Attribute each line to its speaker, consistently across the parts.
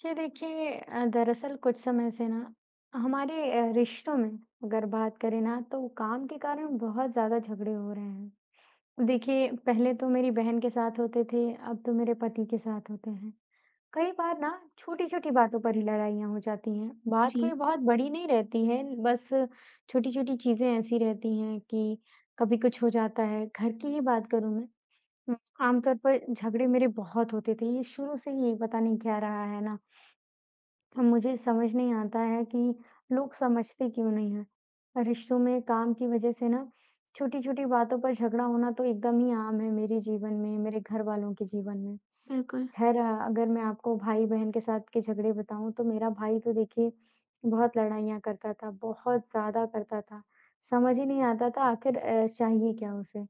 Speaker 1: जी देखिए दरअसल कुछ समय से ना हमारे रिश्तों में अगर बात करें ना तो काम के कारण बहुत ज़्यादा झगड़े हो रहे हैं। देखिए पहले तो मेरी बहन के साथ होते थे, अब तो मेरे पति के साथ होते हैं। कई बार ना छोटी-छोटी बातों पर ही लड़ाइयाँ हो जाती हैं। बात कोई
Speaker 2: जी,
Speaker 1: बहुत बड़ी नहीं रहती है, बस छोटी-छोटी चीज़ें ऐसी रहती हैं कि कभी कुछ हो जाता है। घर की ही बात करूँ मैं, उम, आमतौर पर झगड़े मेरे बहुत होते थे। ये शुरू से ही पता नहीं क्या रहा है ना मुझे समझ नहीं आता है कि लोग समझते क्यों नहीं हैं। रिश्तों में काम की वजह से ना छोटी-छोटी बातों पर झगड़ा होना तो एकदम ही आम है मेरे जीवन में, मेरे घरवालों के जीवन में।
Speaker 2: बिल्कुल।
Speaker 1: खैर अगर मैं आपको भाई-बहन के साथ के झगड़े बताऊँ तो मेरा भाई तो देखिए बहुत लड़ाइयाँ करता था, बहुत ज़्यादा करता था। समझ ही नहीं आता था आखिर चाहिए क्या उसे।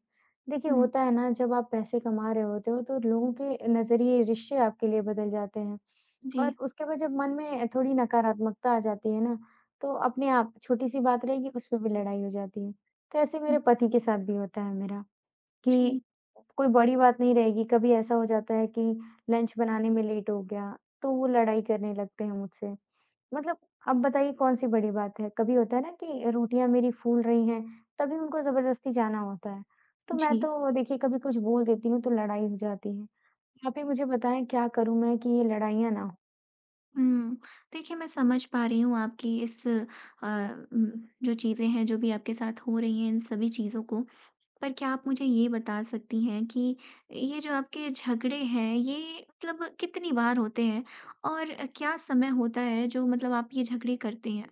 Speaker 1: देखिए,
Speaker 2: हुँ,
Speaker 1: होता है ना जब आप पैसे कमा रहे होते हो तो लोगों के नज़रिए, रिश्ते आपके लिए बदल जाते हैं।
Speaker 2: जी,
Speaker 1: और उसके बाद जब मन में थोड़ी नकारात्मकता आ जाती है ना, तो अपने आप छोटी-सी बात रहेगी उस पे भी लड़ाई हो जाती है। तो ऐसे मेरे
Speaker 2: हुँ,
Speaker 1: पति के साथ भी होता है मेरा।
Speaker 2: जी,
Speaker 1: कि कोई बड़ी बात नहीं रहेगी, कभी ऐसा हो जाता है कि लंच बनाने में लेट हो गया, तो वो लड़ाई करने लगते हैं मुझसे। मतलब आप बताइए कौन-सी बड़ी बात है? कभी होता है ना कि रोटियाँ मेरी फूल रही हैं, तभी उनको ज़बरदस्ती जाना होता है। तो मैं
Speaker 2: जी।
Speaker 1: तो देखिए कभी कुछ बोल देती हूँ, तो लड़ाई हो जाती है। आप ही मुझे बताएँ क्या करूँ मैं कि ये लड़ाइयाँ ना हो?
Speaker 2: हुँ, देखिए, मैं समझ पा रही हूँ आपकी इस उम, जो चीज़ें हैं, जो भी आपके साथ हो रही हैं, इन सभी चीज़ों को। पर क्या आप मुझे ये बता सकती हैं कि ये जो आपके झगड़े हैं, ये मतलब कितनी बार होते हैं? और क्या समय होता है जो मतलब आप ये झगड़े करते हैं?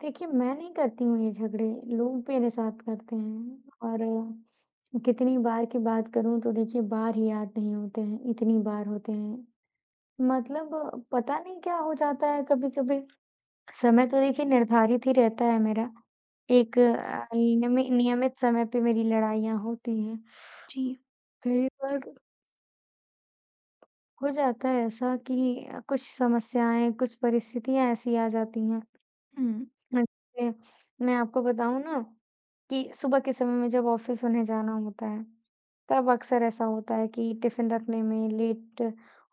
Speaker 1: देखिए, मैं नहीं करती हूँ ये झगड़े, लोग मेरे साथ करते हैं और कितनी बार की बात करूँ तो देखिए बार ही याद नहीं होते हैं, इतनी बार होते हैं। मतलब पता नहीं क्या हो जाता है कभी-कभी। समय तो देखिए निर्धारित ही रहता है मेरा, एक नियमित समय पे मेरी लड़ाइयाँ होती हैं।
Speaker 2: जी,
Speaker 1: कई बार हो जाता है ऐसा कि कुछ समस्याएँ, कुछ परिस्थितियाँ ऐसी आ जाती हैं।
Speaker 2: हुँ,
Speaker 1: मैं मैं आपको बताऊँ ना कि सुबह के समय में जब ऑफिस उन्हें जाना होता है, तब अक्सर ऐसा होता है कि टिफ़िन रखने में लेट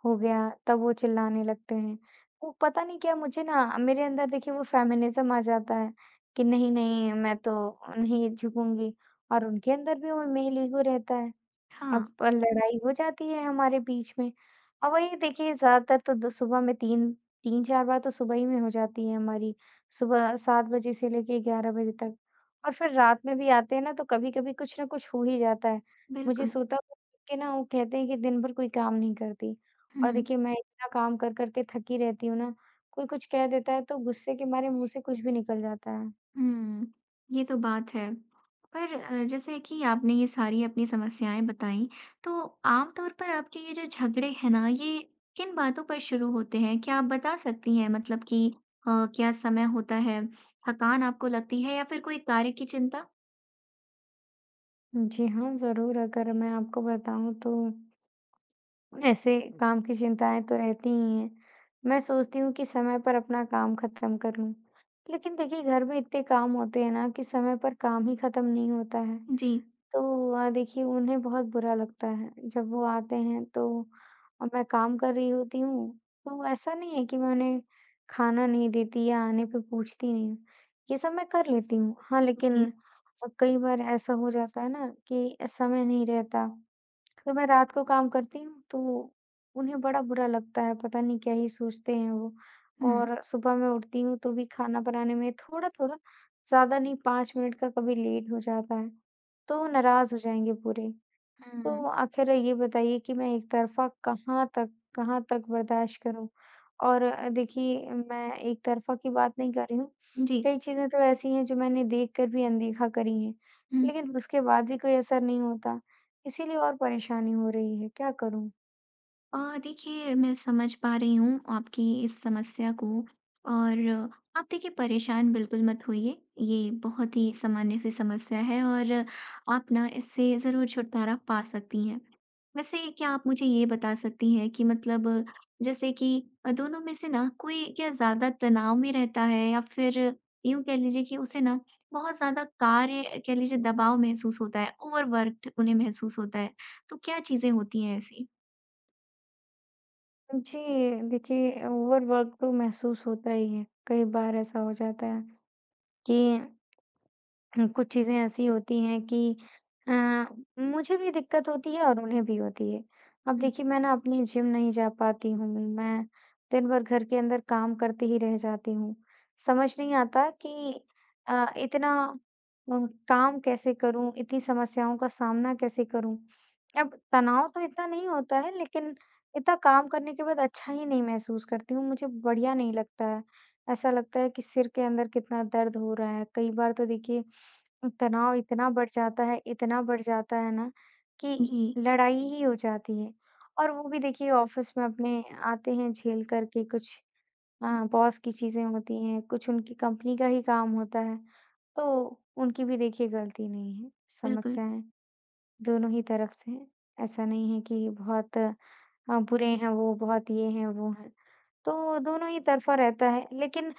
Speaker 1: हो गया, तब वो चिल्लाने लगते हैं। वो पता नहीं क्या मुझे ना मेरे अंदर देखिए वो फेमिनिज़्म आ जाता है कि नहीं, नहीं मैं तो नहीं झुकूँगी और उनके अंदर भी वो मेल ईगो रहता है।
Speaker 2: हाँ,
Speaker 1: अब लड़ाई हो जाती है हमारे बीच में। और वही देखिए ज़्यादातर तो द सुबह में 3 3-4 बार तो सुबह ही में हो जाती है हमारी, सुबह 7 बजे से लेके 11 बजे तक। और फिर रात में भी आते हैं ना तो कभी-कभी कुछ ना कुछ हो ही जाता है। मुझे
Speaker 2: बिल्कुल।
Speaker 1: सोता हुआ देख के ना वो कहते हैं कि दिन भर कोई काम नहीं करती। और
Speaker 2: हुँ।
Speaker 1: देखिए मैं इतना काम कर कर के थकी रहती हूँ ना, कोई कुछ कह देता है तो गुस्से के मारे मुँह से कुछ भी निकल जाता है।
Speaker 2: हुँ, ये तो बात है। पर जैसे कि आपने ये सारी अपनी समस्याएँ बताई, तो आम तौर पर आपके ये जो झगड़े हैं ना, ये किन बातों पर शुरू होते हैं? क्या आप बता सकती हैं मतलब कि अ, क्या समय होता है, थकान आपको लगती है या फिर कोई कार्य की चिंता?
Speaker 1: जी हाँ, ज़रूर अगर मैं आपको बताऊँ तो ऐसे काम की चिंताएं तो रहती ही हैं। मैं सोचती हूँ कि समय पर अपना काम खत्म कर लूं, लेकिन देखिए घर में इतने काम होते हैं ना कि समय पर काम ही खत्म नहीं होता है।
Speaker 2: जी,
Speaker 1: तो देखिए उन्हें बहुत बुरा लगता है जब वो आते हैं तो मैं काम कर रही होती हूँ तो ऐसा नहीं है कि मैं उन्हें खाना नहीं देती या आने पे पूछती नहीं हूँ। ये सब मैं कर लेती हूँ। हाँ, लेकिन
Speaker 2: जी।
Speaker 1: कई बार ऐसा हो जाता है ना कि समय नहीं रहता तो मैं रात को काम करती हूँ तो उन्हें बड़ा बुरा लगता है, पता नहीं क्या ही सोचते हैं वो।
Speaker 2: हुँ,
Speaker 1: और सुबह मैं उठती हूँ तो भी खाना बनाने में थोड़ा-थोड़ा ज़्यादा नहीं 5 मिनट का कभी लेट हो जाता है, तो नाराज़ हो जाएँगे पूरे।
Speaker 2: हुँ,
Speaker 1: तो आख़िर ये बताइए कि मैं एक तरफ़ा कहाँ तक बर्दाश्त करूँ? और देखिए मैं एक तरफ़ा की बात नहीं कर रही हूँ,
Speaker 2: जी।
Speaker 1: कई चीज़ें तो ऐसी हैं जो मैंने देख कर भी अनदेखा करी हैं,
Speaker 2: हुँ।
Speaker 1: लेकिन उसके बाद भी कोई असर नहीं होता, इसीलिए और परेशानी हो रही है, क्या करूँ?
Speaker 2: देखिए, मैं समझ पा रही हूँ आपकी इस समस्या को और आप देखिए परेशान बिल्कुल मत होइए, ये बहुत ही सामान्य सी समस्या है और आप ना इससे ज़रूर छुटकारा पा सकती हैं। वैसे क्या आप मुझे ये बता सकती हैं कि मतलब जैसे कि दोनों में से ना कोई क्या ज़्यादा तनाव में रहता है या फिर यूँ कह लीजिए कि उसे ना बहुत ज़्यादा कार्य कह लीजिए दबाव महसूस होता है, ओवरवर्क्ड उन्हें महसूस होता है, तो क्या चीज़ें होती हैं ऐसी?
Speaker 1: जी, देखिए ओवरवर्क तो महसूस होता ही है, कई बार ऐसा हो जाता है कि कुछ चीज़ें ऐसी होती हैं कि अ, मुझे भी दिक्कत होती है और उन्हें भी होती है। अब देखिए मैं ना अपनी जिम नहीं जा पाती हूँ, मैं दिन भर घर के अंदर काम करती ही रह जाती हूँ। समझ नहीं आता कि इतना अ, काम कैसे करूँ, इतनी समस्याओं का सामना कैसे करूँ? अब तनाव तो इतना नहीं होता है लेकिन इतना काम करने के बाद अच्छा ही नहीं महसूस करती हूँ, मुझे बढ़िया नहीं लगता है। ऐसा लगता है कि सिर के अंदर कितना दर्द हो रहा है। कई बार तो देखिए तनाव इतना बढ़ जाता है, इतना बढ़ जाता है ना कि
Speaker 2: जी,
Speaker 1: लड़ाई ही हो जाती है। और वो भी देखिए ऑफ़िस में अपने आते हैं झेल कर के कुछ बॉस की चीज़ें होती हैं, कुछ उनकी कंपनी का ही काम होता है। तो उनकी भी देखिए गलती नहीं है,
Speaker 2: बिल्कुल।
Speaker 1: समस्या है। दोनों ही तरफ से हैं। ऐसा नहीं है कि बहुत बुरे हैं वो, बहुत ये हैं, वो हैं। तो दोनों ही तरफ़ा रहता है, लेकिन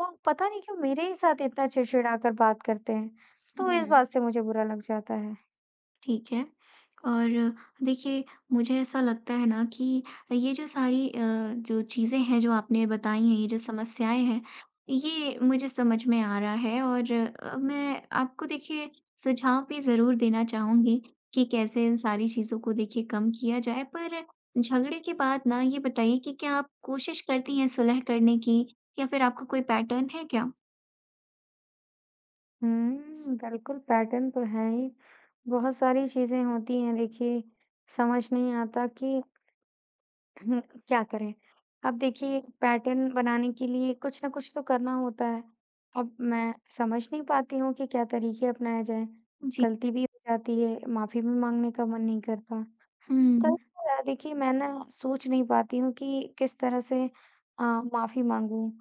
Speaker 1: वो पता नहीं क्यों मेरे ही साथ इतना चिड़चिड़ाकर बात करते हैं, तो इस
Speaker 2: हुँ।
Speaker 1: बात से मुझे बुरा लग जाता है।
Speaker 2: ठीक है। और देखिए, मुझे ऐसा लगता है ना कि ये जो सारी जो चीज़ें हैं, जो आपने बताई हैं, ये जो समस्याएँ हैं, ये मुझे समझ में आ रहा है और मैं आपको देखिए सुझाव भी ज़रूर देना चाहूँगी कि कैसे इन सारी चीज़ों को देखिए कम किया जाए। पर झगड़े के बाद ना ये बताइए कि क्या आप कोशिश करती हैं सुलह करने की या फिर आपका कोई पैटर्न है क्या?
Speaker 1: हुँ, बिल्कुल पैटर्न तो है ही। बहुत सारी चीज़ें होती हैं देखिए, समझ नहीं आता कि हुँ, क्या करें? अब देखिए पैटर्न बनाने के लिए कुछ ना कुछ तो करना होता है। अब मैं समझ नहीं पाती हूँ कि क्या तरीके अपनाए जाएँ।
Speaker 2: जी।
Speaker 1: गलती भी हो जाती है, माफ़ी भी माँगने का मन नहीं करता। कई
Speaker 2: हुँ।
Speaker 1: बार देखिए मैं ना सोच नहीं पाती हूँ कि किस तरह से अ, माफ़ी माँगूँ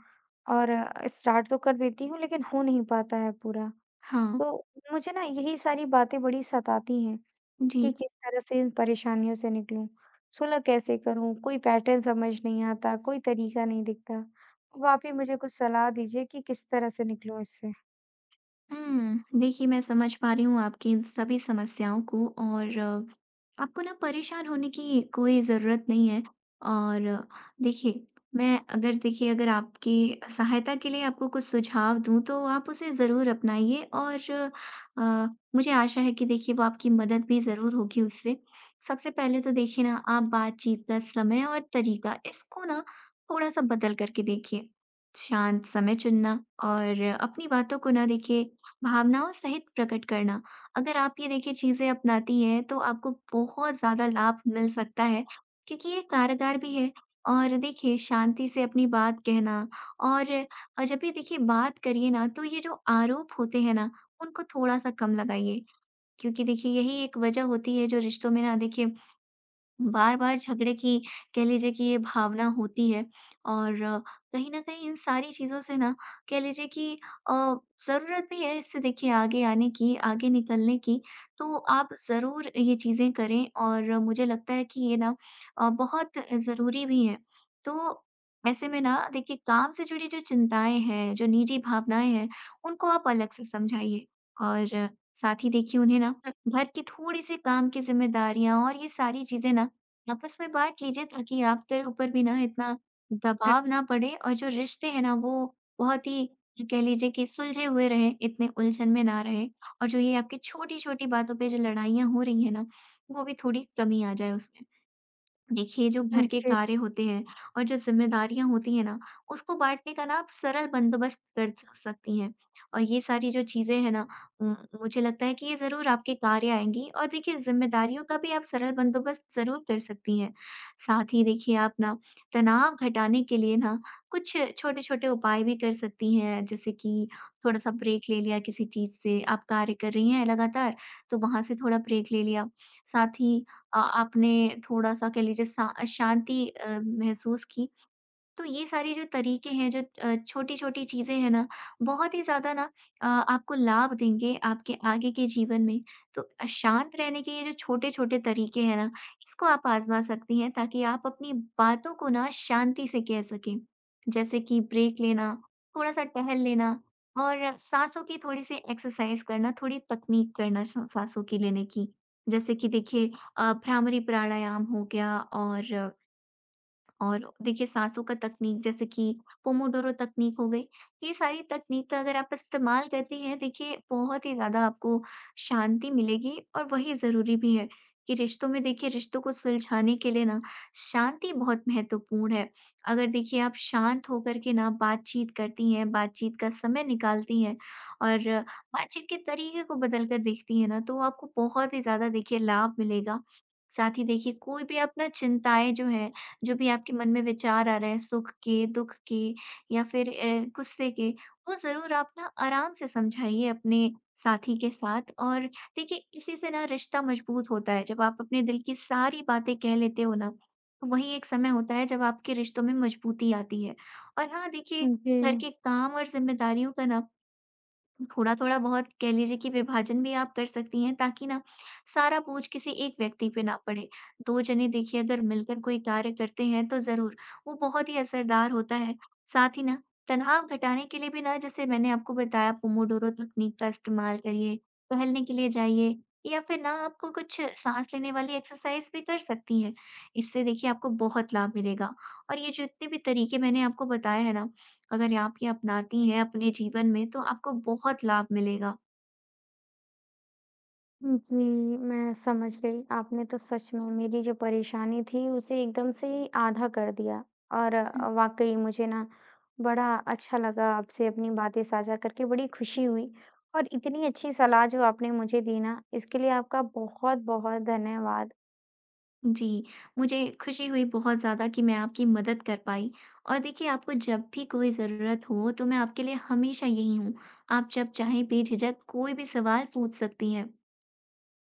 Speaker 1: और स्टार्ट तो कर देती हूँ लेकिन हो नहीं पाता है पूरा।
Speaker 2: हाँ,
Speaker 1: तो मुझे ना यही सारी बातें बड़ी सताती हैं।
Speaker 2: जी।
Speaker 1: कि किस तरह से इन परेशानियों से निकलूँ? सुलह कैसे करूँ? कोई पैटर्न समझ नहीं आता, कोई तरीका नहीं दिखता। अब आप ही मुझे कुछ सलाह दीजिए कि किस तरह से निकलूँ इससे?
Speaker 2: हुँ। देखिए, मैं समझ पा रही हूँ आपकी इन सभी समस्याओं को और आपको ना परेशान होने की कोई ज़रूरत नहीं है। और देखिए, मैं अगर देखिए अगर आपकी सहायता के लिए आपको कुछ सुझाव दूँ, तो आप उसे ज़रूर अपनाइए और अ, मुझे आशा है कि देखिए वो आपकी मदद भी ज़रूर होगी उससे। सबसे पहले तो देखिए ना, आप बातचीत का समय और तरीका, इसको ना थोड़ा-सा बदल कर के देखिए। शांत समय चुनना और अपनी बातों को ना देखिए भावनाओं सहित प्रकट करना। अगर आप ये देखिए चीज़ें अपनाती हैं तो आपको बहुत ज़्यादा लाभ मिल सकता है, क्योंकि ये कारगर भी है। और देखिए, शांति से अपनी बात कहना और जब भी देखिए बात करिए ना तो ये जो आरोप होते हैं ना, उनको थोड़ा-सा कम लगाइए। क्योंकि देखिए यही एक वज़ह होती है जो रिश्तों में ना देखिए बार-बार झगड़े की कह लीजिए कि ये भावना होती है और कहीं न कहीं इन सारी चीज़ों से ना कह लीजिए कि अ, ज़रूरत भी है इससे देखिए आगे आने की, आगे निकलने की। तो आप ज़रूर ये चीज़ें करें और मुझे लगता है कि ये ना बहुत ज़रूरी भी है। तो ऐसे में ना देखिए काम से जुड़ी जो चिंताएँ हैं, जो निजी भावनाएँ हैं, उनको आप अलग से समझाइए और साथ ही देखिए उन्हें ना घर की थोड़ी-सी काम की ज़िम्मेदारियाँ और ये सारी चीज़ें ना आपस में बाँट लीजिए, ताकि आपके ऊपर भी ना इतना दबाव ना पड़े और जो रिश्ते हैं ना, वो बहुत ही कह लीजिए कि सुलझे हुए रहें, इतने उलझन में ना रहें और जो ये आपकी छोटी-छोटी बातों पे जो लड़ाइयाँ हो रही हैं ना, वो भी थोड़ी कमी आ जाए उसमें। देखिए, जो घर के
Speaker 1: जी,
Speaker 2: कार्य होते हैं और जो ज़िम्मेदारियाँ होती हैं ना, उसको बाँटने का ना आप सरल बंदोबस्त कर स सकती हैं। और ये सारी जो चीज़ें हैं ना उम, मुझे लगता है कि ये ज़रूर आपके कार्य आएँगी और देखिए ज़िम्मेदारियों का भी आप सरल बंदोबस्त ज़रूर कर सकती हैं। साथ ही देखिए आप ना तनाव घटाने के लिए ना कुछ छोटे-छोटे उपाय भी कर सकती हैं, जैसे कि थोड़ा-सा ब्रेक ले लिया किसी चीज़ से, आप कार्य कर रही हैं लगातार, तो वहाँ से थोड़ा ब्रेक ले लिया। साथ ही आपने थोड़ा-सा कह लीजिए सा शांति महसूस की। तो ये सारे जो तरीके हैं, जो छोटी-छोटी चीज़ें हैं ना, बहुत ही ज़्यादा ना आपको लाभ देंगे आपके आगे के जीवन में। तो शांत रहने के ये जो छोटे-छोटे तरीके हैं ना, इसको आप आज़मा सकती हैं ताकि आप अपनी बातों को ना शांति से कह सकें। जैसे कि ब्रेक लेना, थोड़ा-सा टहल लेना और साँसों की थोड़ी-सी एक्सरसाइज़ करना, थोड़ी तकनीक करना सा साँसों की लेने की। जैसे कि देखिए भ्रामरी प्राणायाम हो गया और देखिए साँसों का तकनीक जैसे कि पोमोडोरो तकनीक हो गई, ये सारी तकनीक का अगर आप इस्तेमाल करती हैं देखिए बहुत ही ज़्यादा आपको शांति मिलेगी और वही ज़रूरी भी है कि रिश्तों में देखिए रिश्तों को सुलझाने के लिए ना शांति बहुत महत्वपूर्ण है। अगर देखिए आप शांत होकर के ना बातचीत करती हैं, बातचीत का समय निकालती हैं और बातचीत के तरीके को बदल कर देखती हैं ना, तो आपको बहुत ही ज़्यादा देखिए लाभ मिलेगा। साथ ही देखिए कोई भी अपना चिंताएँ जो हैं, जो भी आपके मन में विचार आ रहे हैं सुख के, दुख के या फिर गुस्से के, वो ज़रूर आप ना आराम से समझाइए अपने साथी के साथ। और देखिए इसी से ना रिश्ता मजबूत होता है, जब आप अपने दिल की सारी बातें कह लेते हो ना, तो वही एक समय होता है जब आपके रिश्तों में मजबूती आती है। और हाँ, देखिए,
Speaker 1: जी,
Speaker 2: घर के काम और ज़िम्मेदारियों का ना थोड़ा-थोड़ा बहुत कह लीजिए कि विभाजन भी आप कर सकती हैं ताकि ना सारा बोझ किसी एक व्यक्ति पे ना पड़े। 2 जने देखिए अगर मिलकर कोई कार्य करते हैं तो ज़रूर वो बहुत ही असरदार होता है। साथ ही ना तनाव घटाने के लिए भी ना, जैसे मैंने आपको बताया, पोमोडोरो तकनीक का इस्तेमाल करिए, टहलने के लिए जाइए या फिर ना आपको कुछ साँस लेने वाली एक्सरसाइज़ भी कर सकती हैं। इससे देखिए आपको बहुत लाभ मिलेगा और ये जो इतने भी तरीके मैंने आपको बताए हैं ना, अगर आप ये अपनाती हैं अपने जीवन में, तो आपको बहुत लाभ मिलेगा।
Speaker 1: जी, मैं समझ गई। आपने तो सच में मेरी जो परेशानी थी उसे एकदम से ही आधा कर दिया और
Speaker 2: हुँ।
Speaker 1: वाक़ई मुझे ना बड़ा अच्छा लगा आपसे अपनी बातें साझा करके बड़ी खुशी हुई और इतनी अच्छी सलाह जो आपने मुझे दी ना इसके लिए आपका बहुत-बहुत धन्यवाद।
Speaker 2: जी, मुझे खुशी हुई बहुत ज़्यादा कि मैं आपकी मदद कर पाई और देखिए आपको जब भी कोई ज़रूरत हो तो मैं आपके लिए हमेशा यही हूँ। आप जब चाहें बेझिझक कोई भी सवाल पूछ सकती हैं।